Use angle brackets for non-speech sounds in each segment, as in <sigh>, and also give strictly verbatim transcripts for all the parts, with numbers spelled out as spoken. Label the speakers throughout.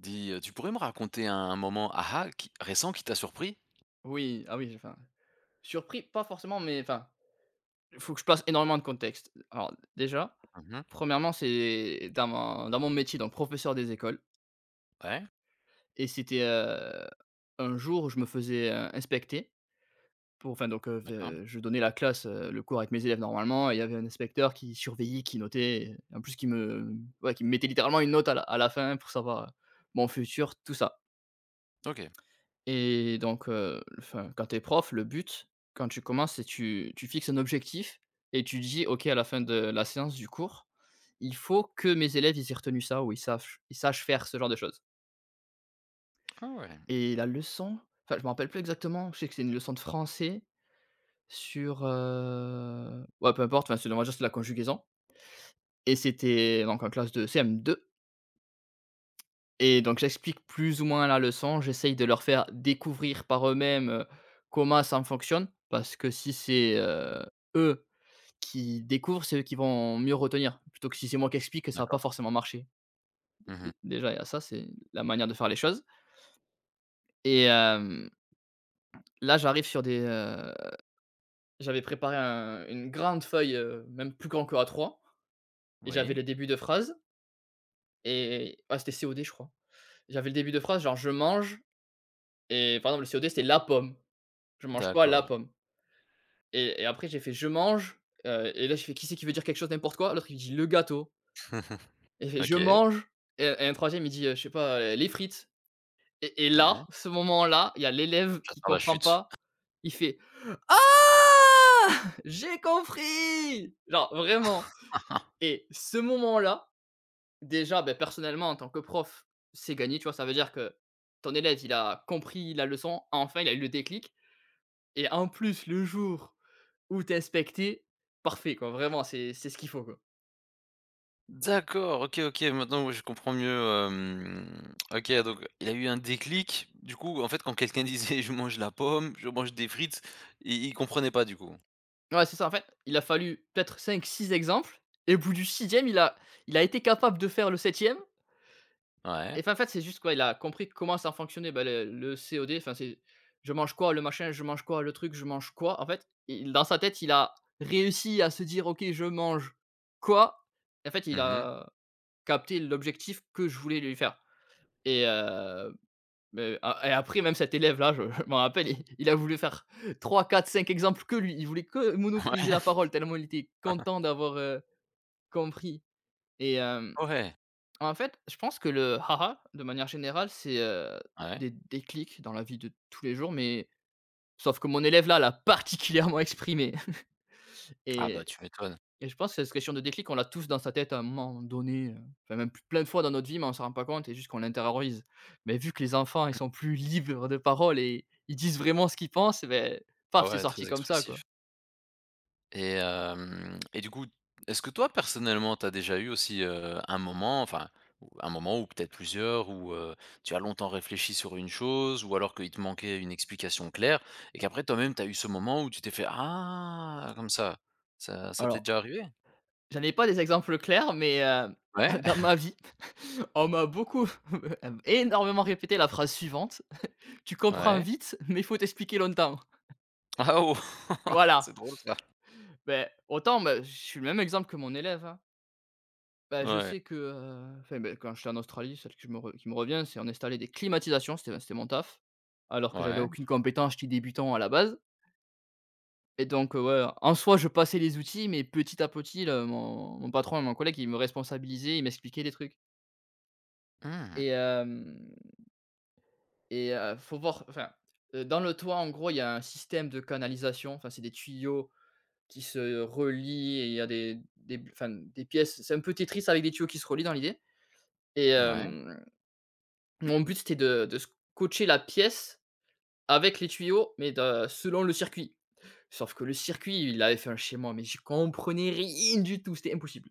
Speaker 1: Dis, heu, tu pourrais me raconter un un moment aha qui récent qui t'a surpris?
Speaker 2: Oui, ah oui, enfin, surpris, pas forcément, mais enfin, il faut que je place énormément de contexte. Alors, déjà,
Speaker 1: Mmh.
Speaker 2: premièrement, c'est dans mon dans mon métier, donc professeur des écoles.
Speaker 1: Ouais,
Speaker 2: Et c'était, heu, un jour où je me faisais, heu, inspecter pour enfin, donc, heu,
Speaker 1: d'accord.
Speaker 2: v je donnais la classe, heu, le cours avec mes élèves normalement, et il y avait un inspecteur qui surveillait, qui notait et en plus qui me, ouais, qui me mettait littéralement une note à la à la fin pour savoir, heu, mon futur, tout ça.
Speaker 1: OK.
Speaker 2: Et donc, heu, enfin, quand tu es prof, le but, quand tu commences, c'est tu tu fixes un objectif et tu dis: «OK, à la fin de la séance du cours, il faut que mes élèves, ils aient retenu ça ou ils sachent ils sachent faire ce genre de choses.»
Speaker 1: Ah ouais,
Speaker 2: Et la leçon, enfin, je me rappelle plus exactement, je sais que c'est une leçon de français sur, heu, ouais, peu importe, enfin, c'est, on va dire, c'est la conjugaison. Et c'était donc en classe de C M deux. Et donc j'explique plus ou moins la leçon, j'essaye de leur faire découvrir par eux-mêmes, heu, comment ça fonctionne. Parce que si c'est, heu, eux qui découvrent, c'est eux qui vont mieux retenir. Plutôt que si c'est moi qui explique, ça va pas
Speaker 1: d'accord.
Speaker 2: forcément marcher.
Speaker 1: Mmh.
Speaker 2: Dé déjà il y a ça, c'est la manière de faire les choses. Et hem, là j'arrive sur des, heu, j'avais préparé un une grande feuille, heu, même plus grand que A trois. Et j'avais
Speaker 1: Oui,
Speaker 2: le début de phrase, et ah, c'était C O D je crois. J'avais le début de phrase, genre: «Je mange», et par exemple le C O D c'était la pomme. Je mange quoi? La
Speaker 1: d'accord.
Speaker 2: pomme. Et et après j'ai fait: «Je mange», heu, et là je fais: «Qui c'est qui veut dire quelque chose, n'importe quoi?» L'autre il dit: «Le gâteau»,
Speaker 1: <laughs>
Speaker 2: et fait:
Speaker 1: OK,
Speaker 2: «Je
Speaker 1: ouais,
Speaker 2: mange», et et un troisième il dit, heu, je sais pas, heu: «Les frites». Et et là, ce moment-là, il y a l'élève qui
Speaker 1: j'attends la
Speaker 2: comprend
Speaker 1: chute.
Speaker 2: pas, il fait: «Ah! <laughs> J'ai compris!», genre vraiment.
Speaker 1: <laughs>
Speaker 2: Et ce moment-là, déjà, beh, personnellement en tant que prof, c'est gagné, tu vois? Ça veut dire que ton élève, il a compris la leçon, enfin il a eu le déclic. Et en plus, le jour où tu inspecté, parfait quoi, vraiment c'est c'est ce qu'il faut quoi.
Speaker 1: D'accord, OK, OK, maintenant, oui, je comprends mieux, hem, OK, donc il a eu un déclic. Du coup, en fait, quand quelqu'un <laughs> disait: «Je mange la pomme, je mange des frites», il il comprenait pas, du coup?
Speaker 2: Ouais, c'est ça en fait, il a fallu peut-être cinq six exemples et au bout du sixième il a il a été capable de faire le septième.
Speaker 1: Ouais.
Speaker 2: Et enfin, en fait, c'est juste quoi, il a compris comment ça fonctionnait bah, le, le C O D, enfin c'est je mange quoi, le machin, je mange quoi, le truc, je mange quoi. En fait, il- dans sa tête, il a réussi à se dire OK, je mange quoi. Et en fait, il
Speaker 1: Mmh.
Speaker 2: a capté l'objectif que je voulais lui faire. Et heu, mais, a- et après, même cet élève-là, je, je m'en rappelle, il, il a voulu faire trois, quatre, cinq exemples que lui. Il voulait que monopoliser la parole
Speaker 1: <laughs>
Speaker 2: tellement il était content d'avoir euh, compris. Et euh,
Speaker 1: Ouais, ouais,
Speaker 2: en fait, je pense que le haha, de manière générale, c'est euh,
Speaker 1: ouais.
Speaker 2: des déclics dans la vie de tous les jours, mais sauf que mon élève-là l'a particulièrement exprimé. <laughs>
Speaker 1: Ah bah,
Speaker 2: Et
Speaker 1: tu m'étonnes.
Speaker 2: Et je pense que cette question de déclic, on l'a tous dans sa tête à un moment donné, heu, enfin même p plein de fois dans notre vie, mais on s'en rend pas compte et juste qu'on l'intériorise. Mais vu que les enfants, ils sont plus libres de parole et ils disent vraiment ce qu'ils pensent, beh, paf,
Speaker 1: Ah
Speaker 2: c'est
Speaker 1: ouais,
Speaker 2: sorti
Speaker 1: très
Speaker 2: comme ça, quoi.
Speaker 1: expressif. Et hem et du coup, est-ce que toi, personnellement, tu as déjà eu aussi, heu, un moment, enfin, ou un moment ou peut-être plusieurs, où, heu, tu as longtemps réfléchi sur une chose ou alors qu'il te manquait une explication claire et qu'après toi-même, tu as eu ce moment où tu t'es fait: «Ah!» comme ça. Ça ça t'est
Speaker 2: Alors,
Speaker 1: déjà arrivé?
Speaker 2: j'en ai pas des exemples clairs, mais, hem, <laughs>
Speaker 1: Ouais,
Speaker 2: dans
Speaker 1: <laughs>
Speaker 2: ma vie, on m'a beaucoup, <laughs> énormément répété la phrase suivante: «Tu comprends
Speaker 1: ouais.
Speaker 2: vite, mais il faut t'expliquer longtemps».
Speaker 1: Ah oh! <laughs>
Speaker 2: Voilà,
Speaker 1: C'est drôle ça.
Speaker 2: ben autant, ben je suis le même exemple que mon élève, hein. Bah, je
Speaker 1: Ouais,
Speaker 2: sais que, heu, enfin, ben quand j'étais en Australie, celle qui me re qui me revient, c'est on installait des climatisations, c'était c'était mon taf, alors que j'avais
Speaker 1: ouais.
Speaker 2: aucune compétence, j'étais débutant à la base. Et donc heu, ouais, en soi, je passais les outils, mais petit à petit, le mon mon patron et mon collègue, ils me responsabilisaient, ils m'expliquaient des trucs.
Speaker 1: Mmh.
Speaker 2: Et hem et heu, faut voir enfin, heu, dans le toit, en gros, il y a un système de canalisation, enfin, c'est des tuyaux qui se relient, et il y a des des enfin, des pièces, c'est un peu Tetris avec des tuyaux qui se relient dans l'idée. Et
Speaker 1: Ouais.
Speaker 2: hem mon but, c'était de de scotcher la pièce avec les tuyaux, mais de selon le circuit. Sauf que le circuit, il avait fait un schéma, mais j'y comprenais rien du tout, c'était impossible.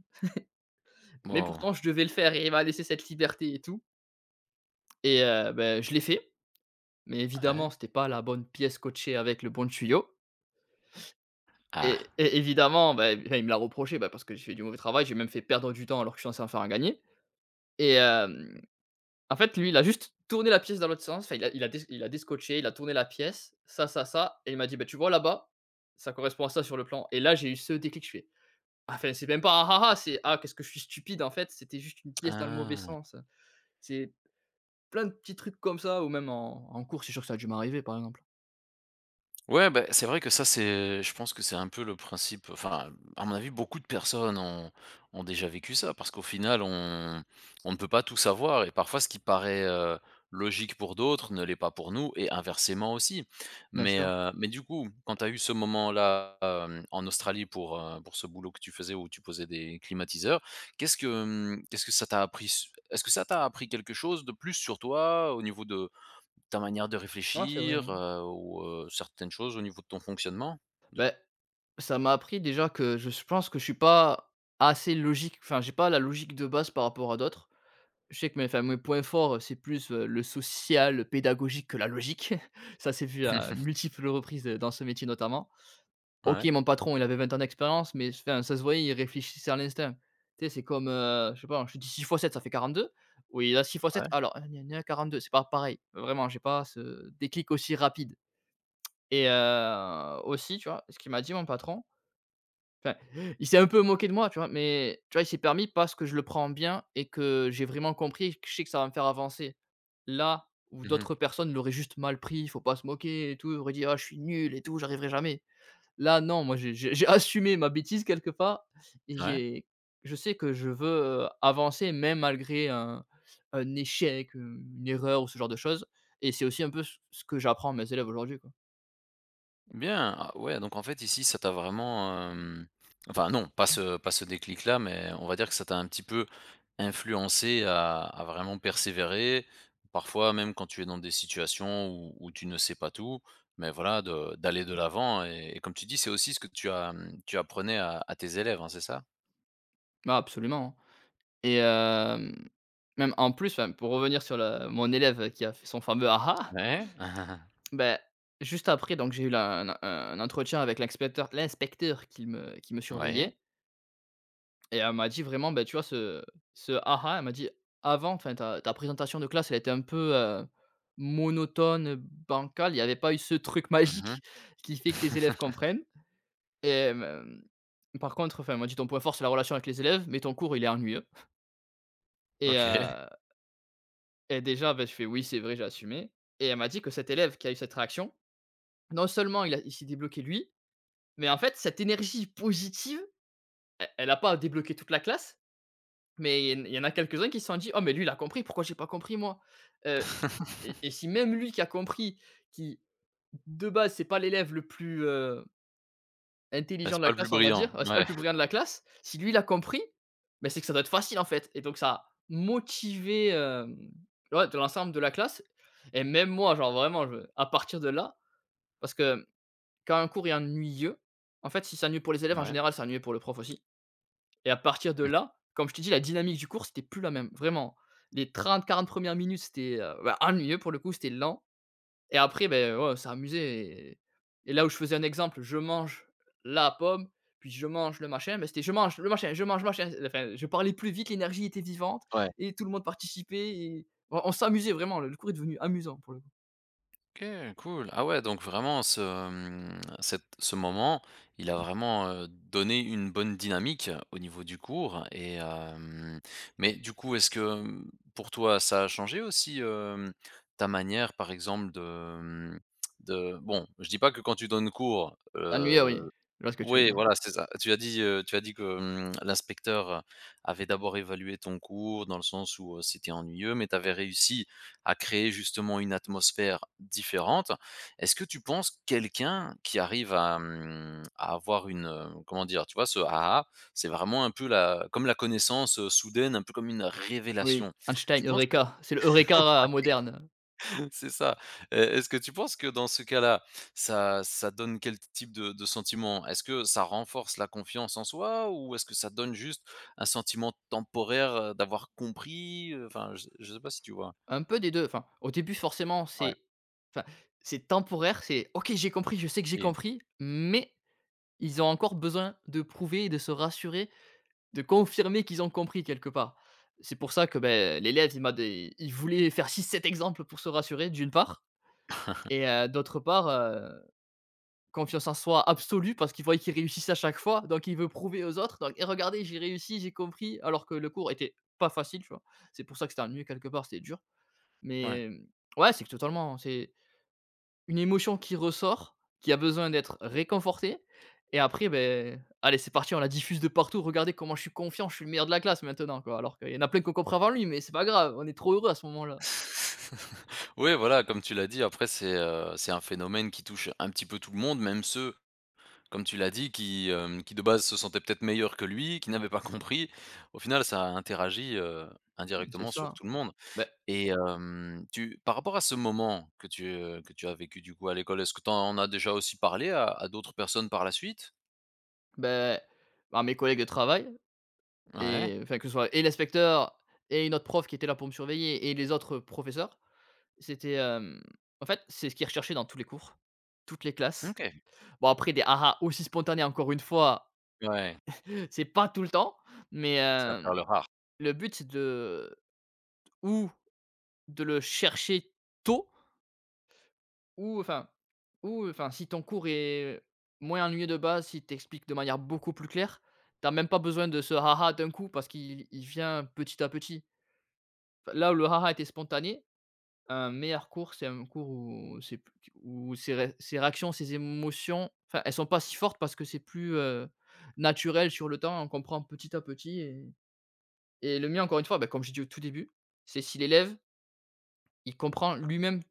Speaker 2: Mais
Speaker 1: Wow.
Speaker 2: pourtant, je devais le faire et il m'a laissé cette liberté et tout, et heu, beh, je l'ai fait, mais évidemment,
Speaker 1: Ouais.
Speaker 2: c'était pas la bonne pièce scotchée avec le bon tuyau.
Speaker 1: Ah.
Speaker 2: et et évidemment, ben enfin, il me l'a reproché, ben parce que j'ai fait du mauvais travail, j'ai même fait perdre du temps alors que je suis censé en faire un gagner. Et hem en fait, lui, il a juste tourné la pièce dans l'autre sens. Enfin, il a, il a dés- il a descotché, il a tourné la pièce, ça, ça, ça. Et il m'a dit, bah, tu vois là-bas, ça correspond à ça sur le plan. Et là, j'ai eu ce déclic. Je fais, ah, enfin, c'est même pas ah ah ah, c'est ah, qu'est-ce que je suis stupide en fait. C'était juste une pièce dans le mauvais
Speaker 1: Ah.
Speaker 2: sens. C'est plein de petits trucs comme ça, ou même en, en cours, c'est sûr que ça a dû m'arriver par exemple.
Speaker 1: Ouais, bah, c'est vrai que ça, c'est je pense que c'est un peu le principe enfin, à mon avis, beaucoup de personnes ont ont déjà vécu ça parce qu'au final, on on ne peut pas tout savoir et parfois, ce qui paraît, heu, logique pour d'autres ne l'est pas pour nous et inversement aussi.
Speaker 2: Bien
Speaker 1: Mais,
Speaker 2: sûr.
Speaker 1: heu, mais du coup, quand tu as eu ce moment-là, hem, en Australie pour, heu, pour ce boulot que tu faisais où tu posais des climatiseurs, qu'est-ce que, hem, qu'est-ce que ça t'a appris s est-ce que ça t'a appris quelque chose de plus sur toi au niveau de ta manière de
Speaker 2: Ouais, c'est vrai.
Speaker 1: réfléchir,
Speaker 2: Ouais.
Speaker 1: heu, ou, heu, certaines choses au niveau de ton fonctionnement.
Speaker 2: Ben, ça m'a appris déjà que je s- pense que je suis pas assez logique. Enfin, j'ai pas la logique de base par rapport à d'autres. Je sais que mes enfin mes points forts, euh, c'est plus, heu, le social, le pédagogique que la logique. <laughs> Ça s'est vu à
Speaker 1: <laughs>
Speaker 2: multiples reprises, heu, dans ce métier notamment. OK,
Speaker 1: Ouais,
Speaker 2: mon patron, il avait vingt ans d'expérience, mais enfin, ça se voyait, il réfléchissait à l'instinct. Tu sais, c'est comme, heu, je sais pas, je te dis six fois sept, ça fait quarante-deux. Oui, là, six fois sept,
Speaker 1: ouais.
Speaker 2: alors, il heu, a quarante-deux. C'est pas pareil. Vraiment, j'ai pas ce déclic aussi rapide. Et heu, aussi, tu vois, ce qu'il m'a dit mon patron, enfin, il s'est un peu moqué de moi, tu vois? Mais tu vois, il s'est permis parce que je le prends bien et que j'ai vraiment compris et que je sais que ça va me faire avancer. Là où
Speaker 1: Mmh.
Speaker 2: d'autres personnes l'auraient juste mal pris, faut pas se moquer et tout, auraient dit: «Ah, je suis nul et tout, j'arriverai jamais». Là, non, moi, j'ai j'ai j'ai assumé ma bêtise quelque part, et
Speaker 1: Ouais.
Speaker 2: j'ai je sais que je veux, heu, avancer même malgré un un échec, heu, une erreur ou ce genre de choses, et c'est aussi un peu ce ce que j'apprends à mes élèves aujourd'hui, quoi.
Speaker 1: Bien, ah ouais, donc en fait ici ça t'a vraiment, hem, enfin non, pas ce pas ce déclic là, mais on va dire que ça t'a un petit peu influencé à à vraiment persévérer. Parfois même quand tu es dans des situations où où tu ne sais pas tout, mais voilà de d'aller de l'avant et et comme tu dis, c'est aussi ce que tu as, mmh, tu apprenais à à tes élèves, hein, c'est ça?
Speaker 2: Ah, absolument, hein. Et hem, même en plus, enfin, pour revenir sur le mon élève qui a fait son fameux «aha»,
Speaker 1: Ouais. <laughs>
Speaker 2: ben juste après donc j'ai eu la un un entretien avec l'inspecteur l'inspecteur qui me qui me
Speaker 1: Ouais.
Speaker 2: surveillait. Et elle m'a dit vraiment, ben tu vois ce ce «aha», elle m'a dit: «Avant, enfin ta ta présentation de classe, elle était un peu, heu, monotone, bancale, il n'y avait pas eu ce truc <laughs>
Speaker 1: Mmh.
Speaker 2: magique qui fait que tes élèves
Speaker 1: <laughs>
Speaker 2: comprennent». Et hem, par contre, enfin, elle m'a dit: «Ton point fort, c'est la relation avec les élèves, mais ton cours, il est ennuyeux». Et
Speaker 1: OK.
Speaker 2: Et déjà, bah, je fais: «Oui, c'est vrai», j'ai assumé. Et elle m'a dit que cet élève qui a eu cette réaction, non seulement il a il s'est débloqué lui, mais en fait cette énergie positive, e elle n'a pas débloqué toute la classe, mais il y en il y en a quelques-uns qui se sont dit: «Oh mais lui il a compris, pourquoi j'ai pas compris moi?» heu et et si même lui qui a compris, qui de base c'est pas l'élève le plus, heu,
Speaker 1: Bah,
Speaker 2: intelligent
Speaker 1: c'est
Speaker 2: de
Speaker 1: pas
Speaker 2: la
Speaker 1: le plus
Speaker 2: classe, on va dire,
Speaker 1: brillant.
Speaker 2: heu, c'est pas
Speaker 1: Ouais,
Speaker 2: le plus brillant de la classe. Si lui, il a compris, mais c'est que ça doit être facile, en fait, et donc ça a motivé, hem, ouais, de l'ensemble de la classe. Et même moi, genre vraiment, je à partir de là, parce que quand un cours est ennuyeux, en fait, si c'est ennuyeux pour les élèves, en
Speaker 1: ouais,
Speaker 2: général, c'est ennuyeux pour le prof aussi. Et à partir de là, comme je t'ai dit, la dynamique du cours, c'était plus la même, vraiment. Les trente, quarante premières minutes, c'était, heu, bah, ennuyeux pour le coup, c'était lent et après, ben, ouais, on s'est et et là où je faisais un exemple, je mange la pomme, puis je mange le machin, mais c'était : « Je mange le machin, je mange le machin », enfin, je parlais plus vite, l'énergie était vivante
Speaker 1: ouais.
Speaker 2: et tout le monde participait et on on s'amusait vraiment, le le cours est devenu amusant pour le coup.
Speaker 1: OK, cool. Ah ouais, donc vraiment ce, mmh, cet ce moment, il a vraiment, heu, donné une bonne dynamique au niveau du cours et hem, mais du coup, est-ce que, mmh, pour toi, ça a changé aussi, hem, ta manière, par exemple, de, mmh, de bon, je dis pas que quand tu donnes cours,
Speaker 2: Ennuyeux, oui, je vois ce que tu veux
Speaker 1: Oui,
Speaker 2: dire.
Speaker 1: voilà, c'est ça. Tu as dit, heu, tu as dit que, hem, l'inspecteur, heu, avait d'abord évalué ton cours dans le sens où, heu, c'était ennuyeux, mais tu avais réussi à créer justement une atmosphère différente. Est-ce que tu penses que quelqu'un qui arrive à, mmh, à avoir une, heu, comment dire? Tu vois ce «Ah ah», c'est vraiment un peu la comme la connaissance, heu, soudaine, un peu comme une
Speaker 2: Oui,
Speaker 1: révélation. Tu
Speaker 2: Einstein,
Speaker 1: penses que
Speaker 2: Eureka, c'est le
Speaker 1: <laughs>
Speaker 2: Eureka euh, moderne.
Speaker 1: C'est ça. Heu, est-ce que tu penses que dans ce cas-là, ça ça donne quel type de de sentiment? Est-ce que ça renforce la confiance en soi ou est-ce que ça donne juste un sentiment temporaire, heu, d'avoir compris? Heu, enfin, je je sais pas si tu vois?
Speaker 2: Un peu des deux. Enfin, au début forcément
Speaker 1: Ouais,
Speaker 2: c'est... enfin, c'est temporaire, c'est : « OK, j'ai compris, je sais que j'ai
Speaker 1: oui.
Speaker 2: compris », mais ils ont encore besoin de prouver et de se rassurer, de confirmer qu'ils ont compris quelque part. C'est pour ça que ben l'élève, il m'a des il voulait faire six sept exemples pour se rassurer, d'une part et heu, d'autre part, heu, confiance en soi absolue parce qu'il voyait qu'il réussissait à chaque fois, donc il veut prouver aux autres, donc : « Et regardez, j'ai réussi, j'ai compris », alors que le cours était pas facile, tu vois? C'est pour ça que c'était ennuyeux quelque part, c'était dur.
Speaker 1: Ouais.
Speaker 2: Mais, hem, ouais, c'est que totalement, c'est une émotion qui ressort, qui a besoin d'être réconfortée et après, ben, allez, c'est parti, on la diffuse de partout. Regardez comment je suis confiant, je suis le meilleur de la classe maintenant, quoi. Alors qu'il y en a plein qu'on ont avant lui, mais c'est pas grave, on est trop heureux à ce moment-là.
Speaker 1: <laughs> Oui, voilà, comme tu l'as dit, après c'est, heu, c'est un phénomène qui touche un petit peu tout le monde, même ceux, comme tu l'as dit, qui, hem, qui de base se sentaient peut-être meilleurs que lui, qui n'avaient pas compris. Au final, ça interagit, heu,
Speaker 2: C'est
Speaker 1: indirectement sur
Speaker 2: ça.
Speaker 1: tout le monde.
Speaker 2: Ben,
Speaker 1: Et hem, tu par rapport à ce moment que tu, heu, que tu as vécu du coup à l'école, est-ce que tu en as déjà aussi parlé à à d'autres personnes par la suite?
Speaker 2: ben, bah, mes collègues de travail
Speaker 1: Ouais,
Speaker 2: et enfin, que ce soit et l'inspecteur et une autre prof qui était là pour me surveiller et les autres professeurs. C'était, hem, en fait, c'est ce qu'ils recherchaient dans tous les cours, toutes les classes.
Speaker 1: OK,
Speaker 2: Bon après des « Ah ah » aussi spontanés encore une fois,
Speaker 1: ouais,
Speaker 2: c'est pas tout le temps, mais
Speaker 1: c'est la
Speaker 2: heu,
Speaker 1: perle rare.
Speaker 2: le but, c'est de... ou de le chercher tôt, ou enfin... ou enfin, si ton cours est moins ennuyeux de base, il t'explique de manière beaucoup plus claire, t'as même pas besoin de ce « ha » d'un coup parce qu'il il vient petit à petit. Enfin, là où le « ha » était spontané, un meilleur cours, c'est un cours où c'est p où ses ré ses réactions, ses émotions, enfin, elles sont pas si fortes parce que c'est plus, heu, naturel sur le temps, on comprend petit à petit et et le mieux encore une fois, ben comme j'ai dit au tout début, c'est si l'élève, il comprend lui-même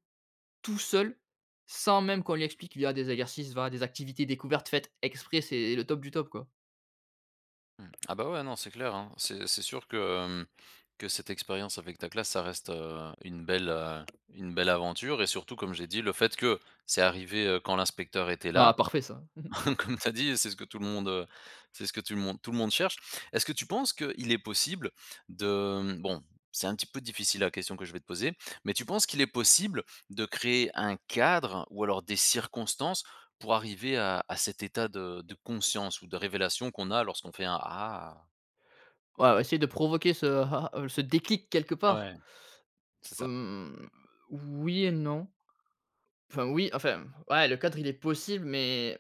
Speaker 2: tout seul, sans même qu'on lui explique via des exercices, va des activités découvertes faites exprès, c'est le top du top, quoi.
Speaker 1: Mmh. Ah bah, ouais, non, c'est clair, hein. C'est c'est sûr que, hem, que cette expérience avec ta classe, ça reste, heu, une belle, heu, une belle aventure et surtout, comme j'ai dit, le fait que c'est arrivé, heu, quand l'inspecteur était
Speaker 2: Ah
Speaker 1: là.
Speaker 2: parfait ça. <laughs>
Speaker 1: <laughs> Comme tu as dit, c'est ce que tout le monde, heu, c'est ce que tout le monde tout le monde cherche. Est-ce que tu penses qu'il est possible de bon, c'est un petit peu difficile la question que je vais te poser, mais tu penses qu'il est possible de créer un cadre ou alors des circonstances pour arriver à à cet état de de conscience ou de révélation qu'on a lorsqu'on fait un «Ah»?
Speaker 2: Ouais, essayer de provoquer ce ah ah, heu, ce déclic quelque part.
Speaker 1: Ouais. C'est ça.
Speaker 2: Hem, oui et non. Enfin oui, enfin, ouais, le cadre il est possible, mais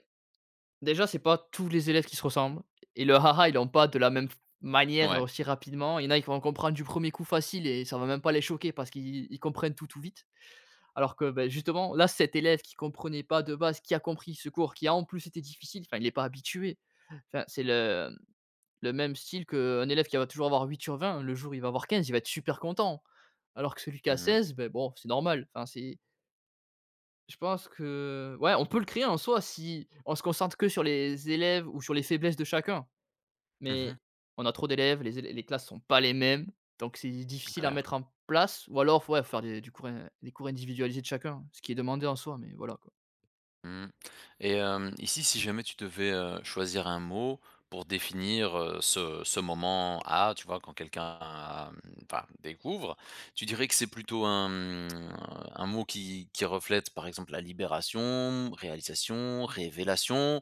Speaker 2: déjà c'est pas tous les élèves qui se ressemblent et le haha ils l'ont pas de la même f manière
Speaker 1: Ouais.
Speaker 2: aussi rapidement. Il y en a, ils vont comprendre du premier coup facile et ça va même pas les choquer parce qu'ils ils comprennent tout, tout vite. Alors que, beh, justement, là, cet élève qui comprenait pas de base, qui a compris ce cours, qui a en plus été difficile, enfin, il est pas habitué. Enfin, c'est le le même style qu'un élève qui va toujours avoir huit sur vingt le jour où il va avoir quinze, il va être super content. Alors que celui qui a
Speaker 1: Mmh mh.
Speaker 2: seize, ben bon, c'est normal. Enfin, c'est... je pense que ouais, on peut le créer en soi si on se concentre que sur les élèves ou sur les faiblesses de chacun.
Speaker 1: Mmh.
Speaker 2: Mais on a trop d'élèves, les élè les classes sont pas les mêmes, donc c'est difficile à
Speaker 1: Clair.
Speaker 2: mettre en place ou alors, ouais, faire des du cours in des cours individualisés de chacun, ce qui est demandé en soi, mais voilà, quoi.
Speaker 1: Mmh et hem, ici, si jamais tu devais, heu, choisir un mot pour définir, heu, ce ce moment A, tu vois, quand quelqu'un, mmh, enfin, découvre, tu dirais que c'est plutôt un, mmh, un mot qui qui reflète, par exemple, la libération, réalisation, révélation,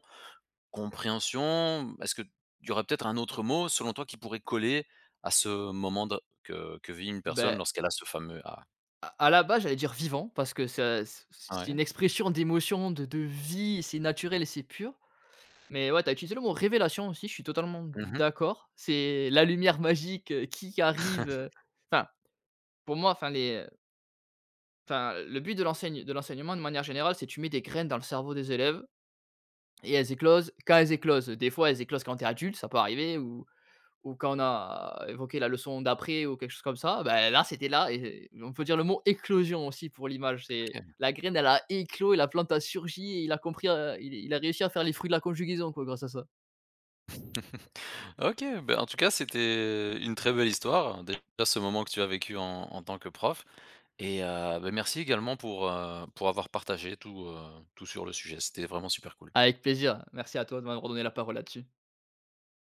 Speaker 1: compréhension? Est-ce qu'il y aurait peut-être un autre mot, selon toi, qui pourrait coller à ce moment de que que vit une personne
Speaker 2: Ben
Speaker 1: lorsqu'elle a ce fameux A?
Speaker 2: à à la base, j'allais dire vivant parce que ça c c'est
Speaker 1: Ouais.
Speaker 2: une expression d'émotion, de de vie, c'est naturel et c'est pur. Mais ouais, t'as utilisé le mot révélation aussi, je suis totalement
Speaker 1: Mmh.
Speaker 2: d'accord. C'est la lumière magique, heu, qui arrive, heu,
Speaker 1: <laughs>
Speaker 2: enfin, pour moi, enfin les, enfin, le but de l'enseigne de l'enseignement de manière générale, c'est tu mets des graines dans le cerveau des élèves. Et elles éclosent quand elles éclosent. Des fois, elles éclosent quand tu es adulte, ça peut arriver, ou... ou quand on a euh, évoqué la leçon d'après ou quelque chose comme ça, bah, là, c'était là, et on peut dire le mot éclosion aussi pour l'image. C'est la graine, elle a éclos et la plante a surgi et il a compris, heu, il il a réussi à faire les fruits de la conjugaison quoi grâce à ça.
Speaker 1: OK, ben, en tout cas, c'était une très belle histoire. Hein, déjà ce moment que tu as vécu en en tant que prof et heu, bah, merci également pour, heu, pour avoir partagé tout, heu, tout sur le sujet. C'était vraiment super cool.
Speaker 2: Avec plaisir. Merci à toi de m'avoir donné la parole là-dessus.